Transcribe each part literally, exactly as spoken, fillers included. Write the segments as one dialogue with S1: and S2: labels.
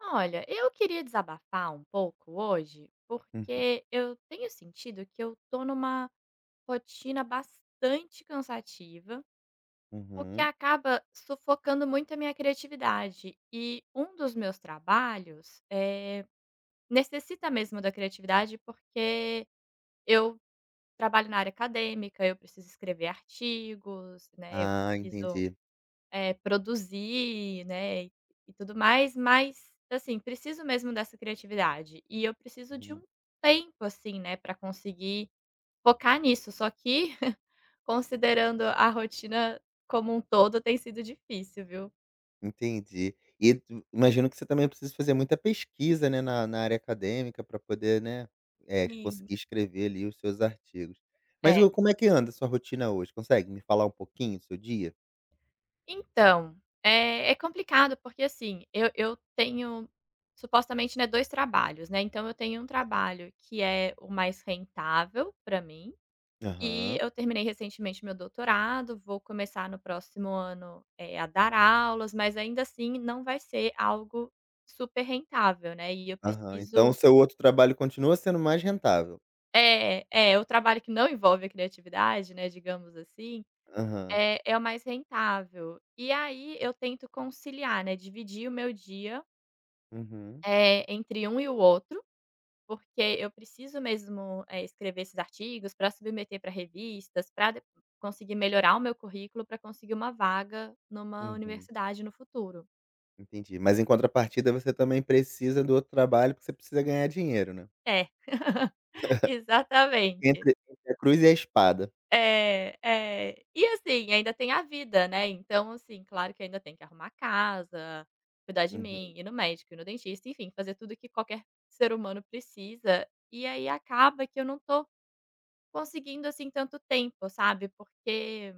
S1: Olha, eu queria desabafar um pouco hoje,
S2: Uhum,
S1: porque eu tenho sentido que eu tô numa rotina bastante cansativa, o que
S2: uhum.
S1: acaba sufocando muito a minha criatividade. E um dos meus trabalhos eh, necessita mesmo da criatividade, porque eu trabalho na área acadêmica, eu preciso escrever artigos, né? Eu
S2: Ah,
S1: preciso
S2: entendi.
S1: eh, produzir, né, e e tudo mais, mas, assim, preciso mesmo dessa criatividade. E eu preciso de um
S2: Uhum,
S1: tempo, assim, né, pra conseguir focar nisso, só que considerando a rotina como um todo tem sido difícil, viu.
S2: entendi. E tu imagino que você também precisa fazer muita pesquisa, né, na na área acadêmica para poder, né, eh,
S1: Sim.
S2: conseguir escrever ali os seus artigos. Mas
S1: É.
S2: o como é que anda a sua rotina hoje? Consegue me falar um pouquinho do seu dia?
S1: Então, eh, é complicado, porque, assim, eu eu tenho supostamente, né, dois trabalhos, né, então eu tenho um
S2: Aham.
S1: trabalho que é o mais rentável pra mim. E
S2: Aham,
S1: eu terminei recentemente meu doutorado, vou começar no próximo ano, eh, a dar aulas, mas ainda assim não vai ser algo super rentável, né, e eu
S2: aham. Então
S1: preciso.
S2: o seu outro trabalho continua sendo mais rentável?
S1: É, é, o trabalho que não envolve a criatividade, né, digamos assim,
S2: Aham.
S1: é é o mais rentável. E aí eu tento conciliar, né, dividir o meu dia,
S2: Uhum,
S1: eh, entre um e o outro. Porque eu preciso mesmo, eh, escrever esses artigos para submeter para revistas, para conseguir melhorar o meu currículo, para conseguir uma vaga numa
S2: uhum.
S1: universidade no futuro.
S2: Entendi. Mas em contrapartida você também precisa do outro trabalho, porque você precisa ganhar dinheiro, né.
S1: É, exatamente.
S2: Entre entre a cruz e a espada.
S1: É, é. E assim, ainda tem a vida, né, então assim, claro que ainda tem que arrumar casa, cuidar de mim,
S2: Uhum.
S1: ir no médico, ir no dentista, enfim, fazer tudo que qualquer ser humano precisa, e aí acaba que eu não tô conseguindo, assim, tanto tempo, sabe, porque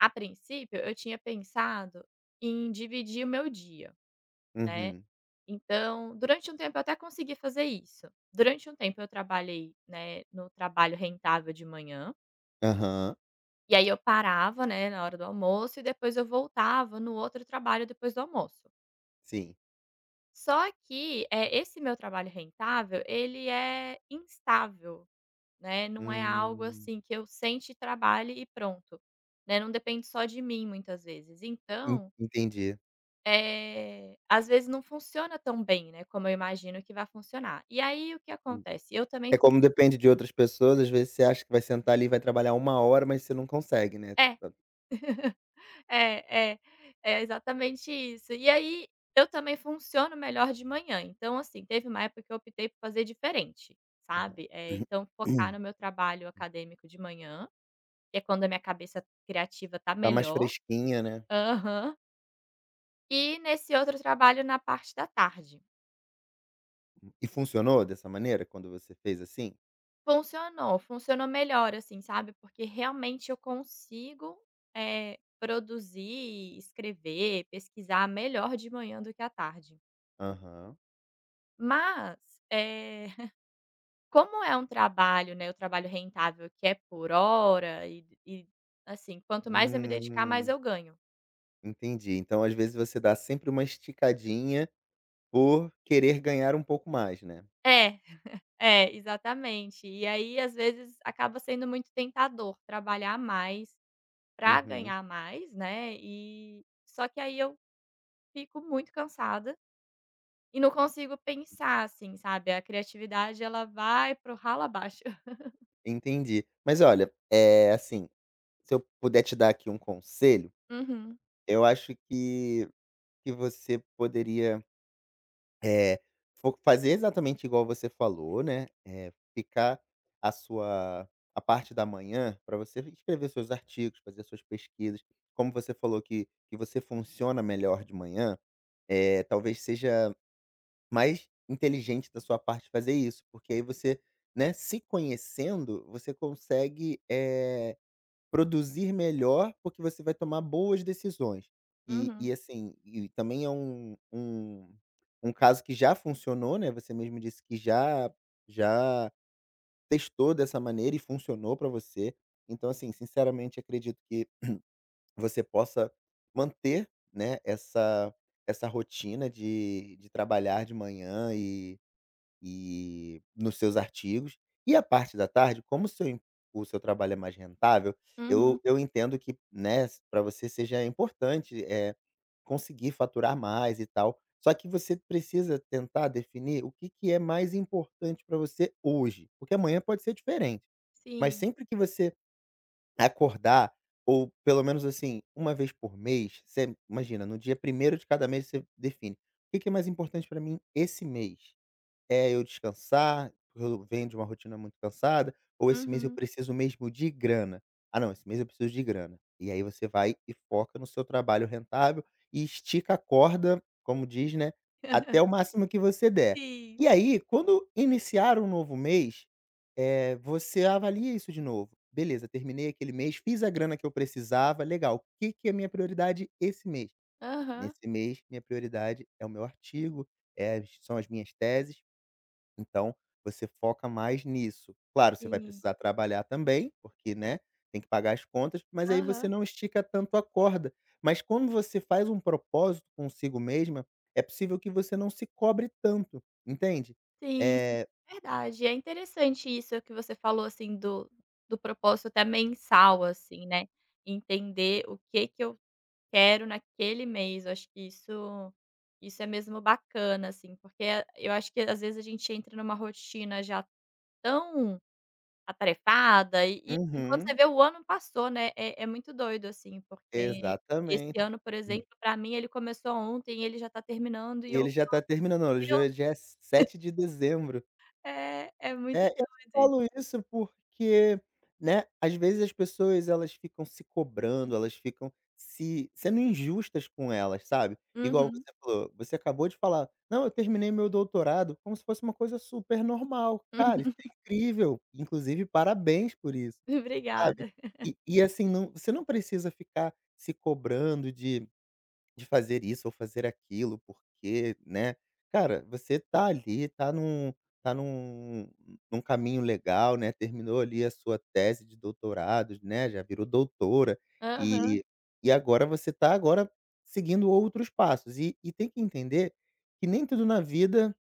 S1: a princípio, eu tinha pensado em dividir o meu dia, né.
S2: Uhum.
S1: Então, durante um tempo eu até consegui fazer isso. Durante um tempo eu trabalhei, né, no trabalho rentável de manhã,
S2: Aham.
S1: e aí eu parava, né, na hora do almoço e depois eu voltava no outro trabalho depois do almoço.
S2: Sim.
S1: Só que, é, esse meu trabalho rentável, ele é instável, né, não é algo
S2: Hum.
S1: assim que eu sente, trabalhe e pronto, né, não depende só de mim muitas vezes.
S2: En
S1: Então
S2: entendi.
S1: Eh, às vezes não funciona tão bem, né, como eu imagino que vai funcionar. E aí o que
S2: Hum.
S1: acontece? Eu também
S2: É
S1: fun-
S2: como depende de outras pessoas, às vezes você acha que vai sentar ali e vai trabalhar uma hora, mas você não consegue, né.
S1: é,
S2: Tá
S1: é, é, é exatamente isso. E aí eu também funciono melhor de manhã, então assim, teve uma época que eu optei por fazer diferente,
S2: aham.
S1: sabe. Eh, então focar no meu trabalho acadêmico de manhã, que é quando a minha cabeça criativa está
S2: Tá mais
S1: melhor.
S2: fresquinha, né.
S1: Aham. E nesse outro trabalho na parte da tarde.
S2: E funcionou dessa maneira quando você fez assim?
S1: Funcionou, funcionou melhor, assim, sabe, porque realmente eu consigo, eh, produzir, escrever, pesquisar melhor de manhã do que à tarde.
S2: Aham.
S1: Mas, eh, como é um trabalho, né, o trabalho rentável que é por hora e e, assim, quanto mais eu me dedicar, mais
S2: Hum,
S1: eu ganho.
S2: entendi. Então, às vezes, você dá sempre uma esticadinha por querer ganhar um pouco mais, né.
S1: É, é, exatamente. E aí, às vezes, acaba sendo muito tentador trabalhar mais para
S2: Uhum.
S1: ganhar mais, né, e só que aí eu fico muito cansada. E não consigo pensar, assim, sabe, a criatividade ela vai pro ralo abaixo.
S2: Entendi. Mas olha, é assim, se eu puder te dar aqui um conselho.
S1: Uhum,
S2: Eu acho que que você poderia, eh, fo fazer exatamente igual você falou, né, eh, ficar a sua a parte da manhã para você escrever seus artigos, fazer suas pesquisas. Como você falou que que você funciona melhor de manhã, é talvez seja mais inteligente da sua parte fazer isso, porque aí você, né, se conhecendo, você consegue, eh produzir melhor, porque você vai tomar boas decisões. E
S1: uhum,
S2: e assim, e também é um um um caso que já funcionou, né, você mesmo disse que já já testou dessa maneira e funcionou para você. Então assim, sinceramente acredito que você possa manter, né, essa essa rotina de de trabalhar de manhã e nos seus artigos. E a parte da tarde, como o seu em o seu trabalho é mais rentável,
S1: uhum,
S2: eu eu entendo que, né, para você seja importante, é conseguir faturar mais e tal. Só que você precisa tentar definir o que que é mais importante para você hoje, porque amanhã pode ser diferente. Mas
S1: sim,
S2: sempre que você acordar, ou pelo menos, assim, uma vez por mês, você imagina, no dia primeiro de cada mês você define: "O que que é mais importante para mim esse mês?" É, eu descansar, porque eu venho de uma rotina muito cansada, ou esse mês eu
S1: uhum.
S2: preciso mesmo de grana. "Ah não, esse mês eu preciso de grana". E aí você vai e foca no seu trabalho rentável e estica a corda, como diz, né, até o máximo que você der.
S1: Sim,
S2: E aí, quando iniciar um novo mês, é você avalia isso de novo. "Beleza, terminei aquele mês, fiz a grana que eu precisava, legal. O que que é minha prioridade esse mês?
S1: aham,
S2: Nesse mês, minha prioridade é o meu artigo, é as são as minhas teses. Então, você foca mais nisso. Claro, você vai
S1: sim,
S2: precisar trabalhar também, porque, né, tem que pagar as contas, mas aí você
S1: aham,
S2: não estica tanto a corda. Mas quando você faz um propósito consigo mesma, é possível que você não se cobre tanto, entende?
S1: sim, sim,
S2: É
S1: verdade. É interessante isso que você falou, assim, do do propósito até mensal, assim, né, entender o que que eu quero naquele mês, eu acho que isso isso é mesmo bacana, assim, porque eu acho que às vezes a gente entra numa rotina já tão atarefada e e assim, quando você
S2: uhum,
S1: vê o ano passou, né, é é muito doido, assim, porque esse
S2: exatamente.
S1: ano, por
S2: Hum.
S1: exemplo, pra mim ele começou ontem e ele já tá terminando e
S2: E ele
S1: eu:
S2: já tá terminando, hoje
S1: "Meu".
S2: hoje é sete de dezembro.
S1: É, é muito
S2: É, eu
S1: doido.
S2: falo isso porque, né, às vezes as pessoas elas ficam se cobrando, elas ficam se sendo injustas com elas, sabe.
S1: Uhum,
S2: Igual
S1: uhum.
S2: você falou, você acabou de falar: "Não, eu terminei meu doutorado", como se fosse uma coisa super normal. Cara, isso é incrível, inclusive parabéns por isso, sabe.
S1: Obrigada.
S2: E e assim, não você não precisa ficar se cobrando de de fazer isso ou fazer aquilo, porque, né, cara, você tá ali, tá num tá num num caminho legal, né, terminou ali a sua tese de doutorado, né, já virou doutora,
S1: Aham,
S2: e e agora você tá agora seguindo outros passos. E e tem que entender que nem tudo na vida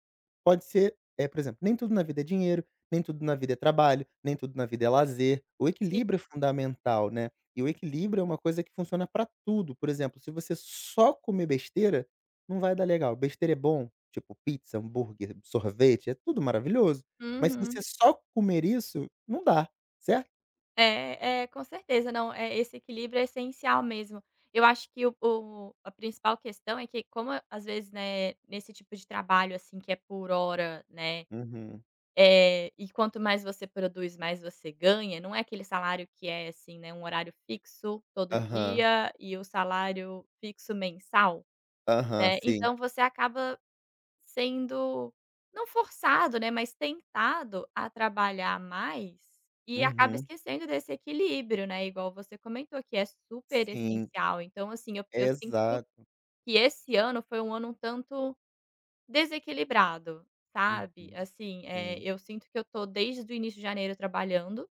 S2: pode ser, é por exemplo, nem tudo na vida é dinheiro, nem tudo na vida é trabalho, nem tudo na vida é lazer. O
S1: sim.
S2: equilíbrio é fundamental, né. E o equilíbrio é uma coisa que funciona pra tudo. Por exemplo, se você só comer besteira, não vai dar legal. Besteira é bom, tipo pizza, hambúrguer, sorvete, é tudo maravilhoso. Mas se você
S1: Uhum.
S2: só comer isso, não dá, certo?
S1: É, é, com certeza. Não, é, esse equilíbrio é essencial mesmo. Eu acho que o o a principal questão é que como às vezes, né, nesse tipo de trabalho, assim, que é por hora, né,
S2: Uhum.
S1: Eh, e quanto mais você produz, mais você ganha, não é aquele salário que é assim, né, um horário fixo todo
S2: Aham.
S1: dia e o salário fixo mensal,
S2: Aham,
S1: né,
S2: sim.
S1: então você acaba sendo, não forçado, né, mas tentado a trabalhar mais e acaba
S2: Uhum.
S1: esquecendo desse equilíbrio, né, igual você comentou que é super
S2: Sim.
S1: essencial. Então assim, eu eu sinto
S2: Exato.
S1: que esse ano foi um ano um tanto desequilibrado, sabe,
S2: Uhum.
S1: assim, eh,
S2: Sim.
S1: eu sinto que eu tô desde o início de janeiro trabalhando,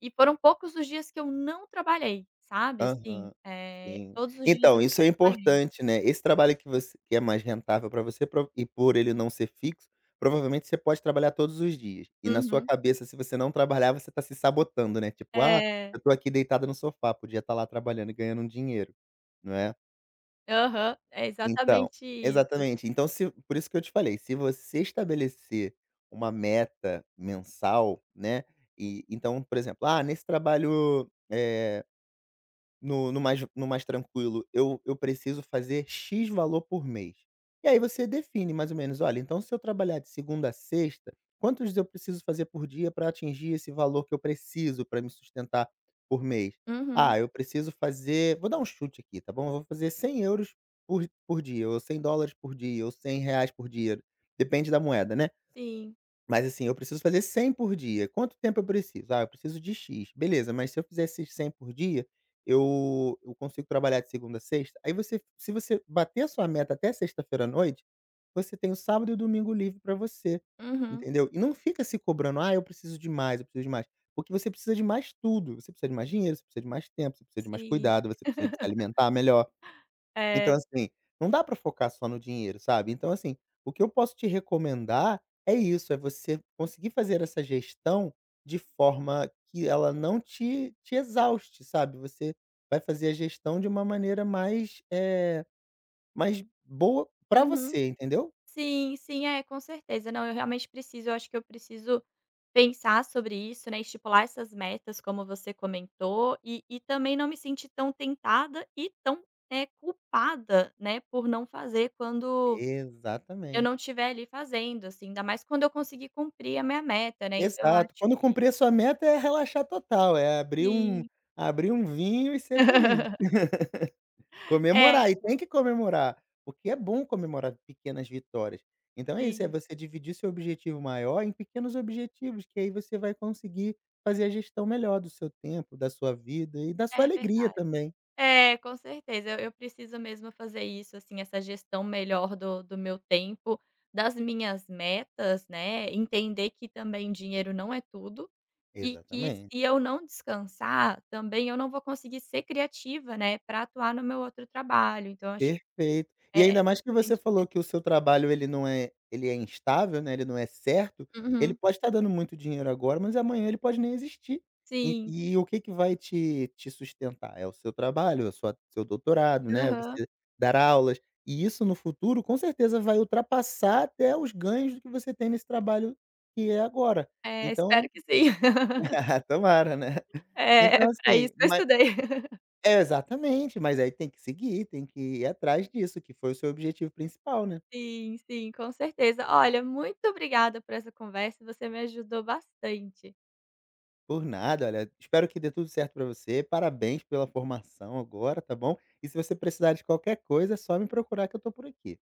S1: e foram poucos os dias que eu não trabalhei, sabe, assim,
S2: Aham.
S1: eh,
S2: Sim.
S1: todos os dias
S2: Então,
S1: eu
S2: isso é
S1: trabalhei.
S2: importante, né. Esse trabalho que você que é mais rentável para você pro e por ele não ser fixo, provavelmente você pode trabalhar todos os dias. E na sua
S1: Uhum.
S2: cabeça, se você não trabalhar, você tá se sabotando, né, tipo: "Ah,
S1: É.
S2: eu tô aqui deitada no sofá, podia estar lá trabalhando e ganhando um dinheiro", não é.
S1: Aham. É
S2: Então
S1: exatamente isso.
S2: exatamente. Então se por isso que eu te falei, se você estabelecer uma meta mensal, né, e então, por exemplo: "Ah, nesse trabalho, eh". No no mais no mais tranquilo, eu eu preciso fazer "X" valor por mês. E aí você define mais ou menos: "Olha, então se eu trabalhar de segunda a sexta, quantos eu preciso fazer por dia para atingir esse valor que eu preciso para me sustentar por mês?".
S1: Uhum.
S2: Ah, eu preciso fazer, vou dar um chute aqui, tá bom? Eu vou fazer cem euros por por dia, ou cem dólares por dia, ou cem reais por dia, depende da moeda, né?
S1: Sim.
S2: Mas assim, eu preciso fazer cem por dia. Quanto tempo eu preciso? Ah, eu preciso de X. Beleza, mas se eu fizer esses cem por dia, eu eu consigo trabalhar de segunda a sexta? Aí você, se você bater a sua meta até sexta-feira à noite, você tem o sábado e o domingo livre para você,
S1: Uhum.
S2: entendeu? E não fica se cobrando: "Ah, eu preciso de mais, eu preciso de mais", porque você precisa de mais tudo. Você precisa de mais dinheiro, você precisa de mais tempo, você precisa de mais
S1: Sim.
S2: cuidado, você precisa de se alimentar melhor. Então,
S1: É.
S2: assim, não dá pra focar só no dinheiro, sabe. Então, assim, o que eu posso te recomendar é isso, é você conseguir fazer essa gestão de forma que ela não te te exauste, sabe. Você vai fazer a gestão de uma maneira mais, é mais boa pra
S1: Uhum.
S2: você, entendeu?
S1: Sim, sim, é, com certeza. Não, eu realmente preciso, eu acho que eu preciso pensar sobre isso, né, estipular essas metas, como você comentou, e e também não me sentir tão tentada e tão, é, culpada, né, por não fazer quando eu
S2: Exatamente.
S1: não estiver ali fazendo, assim, ainda mais quando eu conseguir cumprir a minha meta, né, então eu
S2: Exato.
S1: acho
S2: Quando
S1: que
S2: cumprir a sua meta é relaxar total, é abrir um
S1: sim.
S2: abrir um vinho e ser feliz.
S1: É,
S2: Comemorar, e tem que comemorar, porque é bom comemorar pequenas vitórias. Então é isso, é
S1: sim,
S2: você dividir seu objetivo maior em pequenos objetivos, que aí você vai conseguir fazer a gestão melhor do seu tempo, da sua vida e da sua
S1: é
S2: alegria
S1: verdade.
S2: também.
S1: É, com certeza. Eu eu preciso mesmo fazer isso, assim, essa gestão melhor do do meu tempo, das minhas metas, né, entender que também dinheiro não é tudo e que se
S2: Exatamente.
S1: eu não descansar, também eu não vou conseguir ser criativa, né, para atuar no meu outro trabalho. Então acho que
S2: Perfeito. E
S1: é é
S2: ainda mais que você
S1: importante
S2: falou
S1: mesmo.
S2: que o seu trabalho ele não é ele é instável, né, ele não é certo, ele
S1: Uhum.
S2: pode estar dando muito dinheiro agora, mas amanhã ele pode nem existir. E
S1: Sim.
S2: e o que que vai te te sustentar? É o seu trabalho, a sua seu doutorado, né,
S1: Aham.
S2: você dar aulas, e isso no futuro com certeza vai ultrapassar até os ganhos que você tem nesse trabalho que é agora.
S1: É, espero
S2: Então
S1: que sim.
S2: tomara, né.
S1: É,
S2: Então
S1: para isso
S2: assim,
S1: que eu
S2: ma
S1: estudei.
S2: é, exatamente, mas aí tem que seguir, tem que ir atrás disso, que foi o seu objetivo principal, né.
S1: Sim, sim, com certeza. Olha, muito obrigada por essa conversa, você me ajudou bastante.
S2: Por nada, olha, espero que dê tudo certo pra você, parabéns pela formação agora, tá bom. E se você precisar de qualquer coisa, é só me procurar que eu tô por aqui.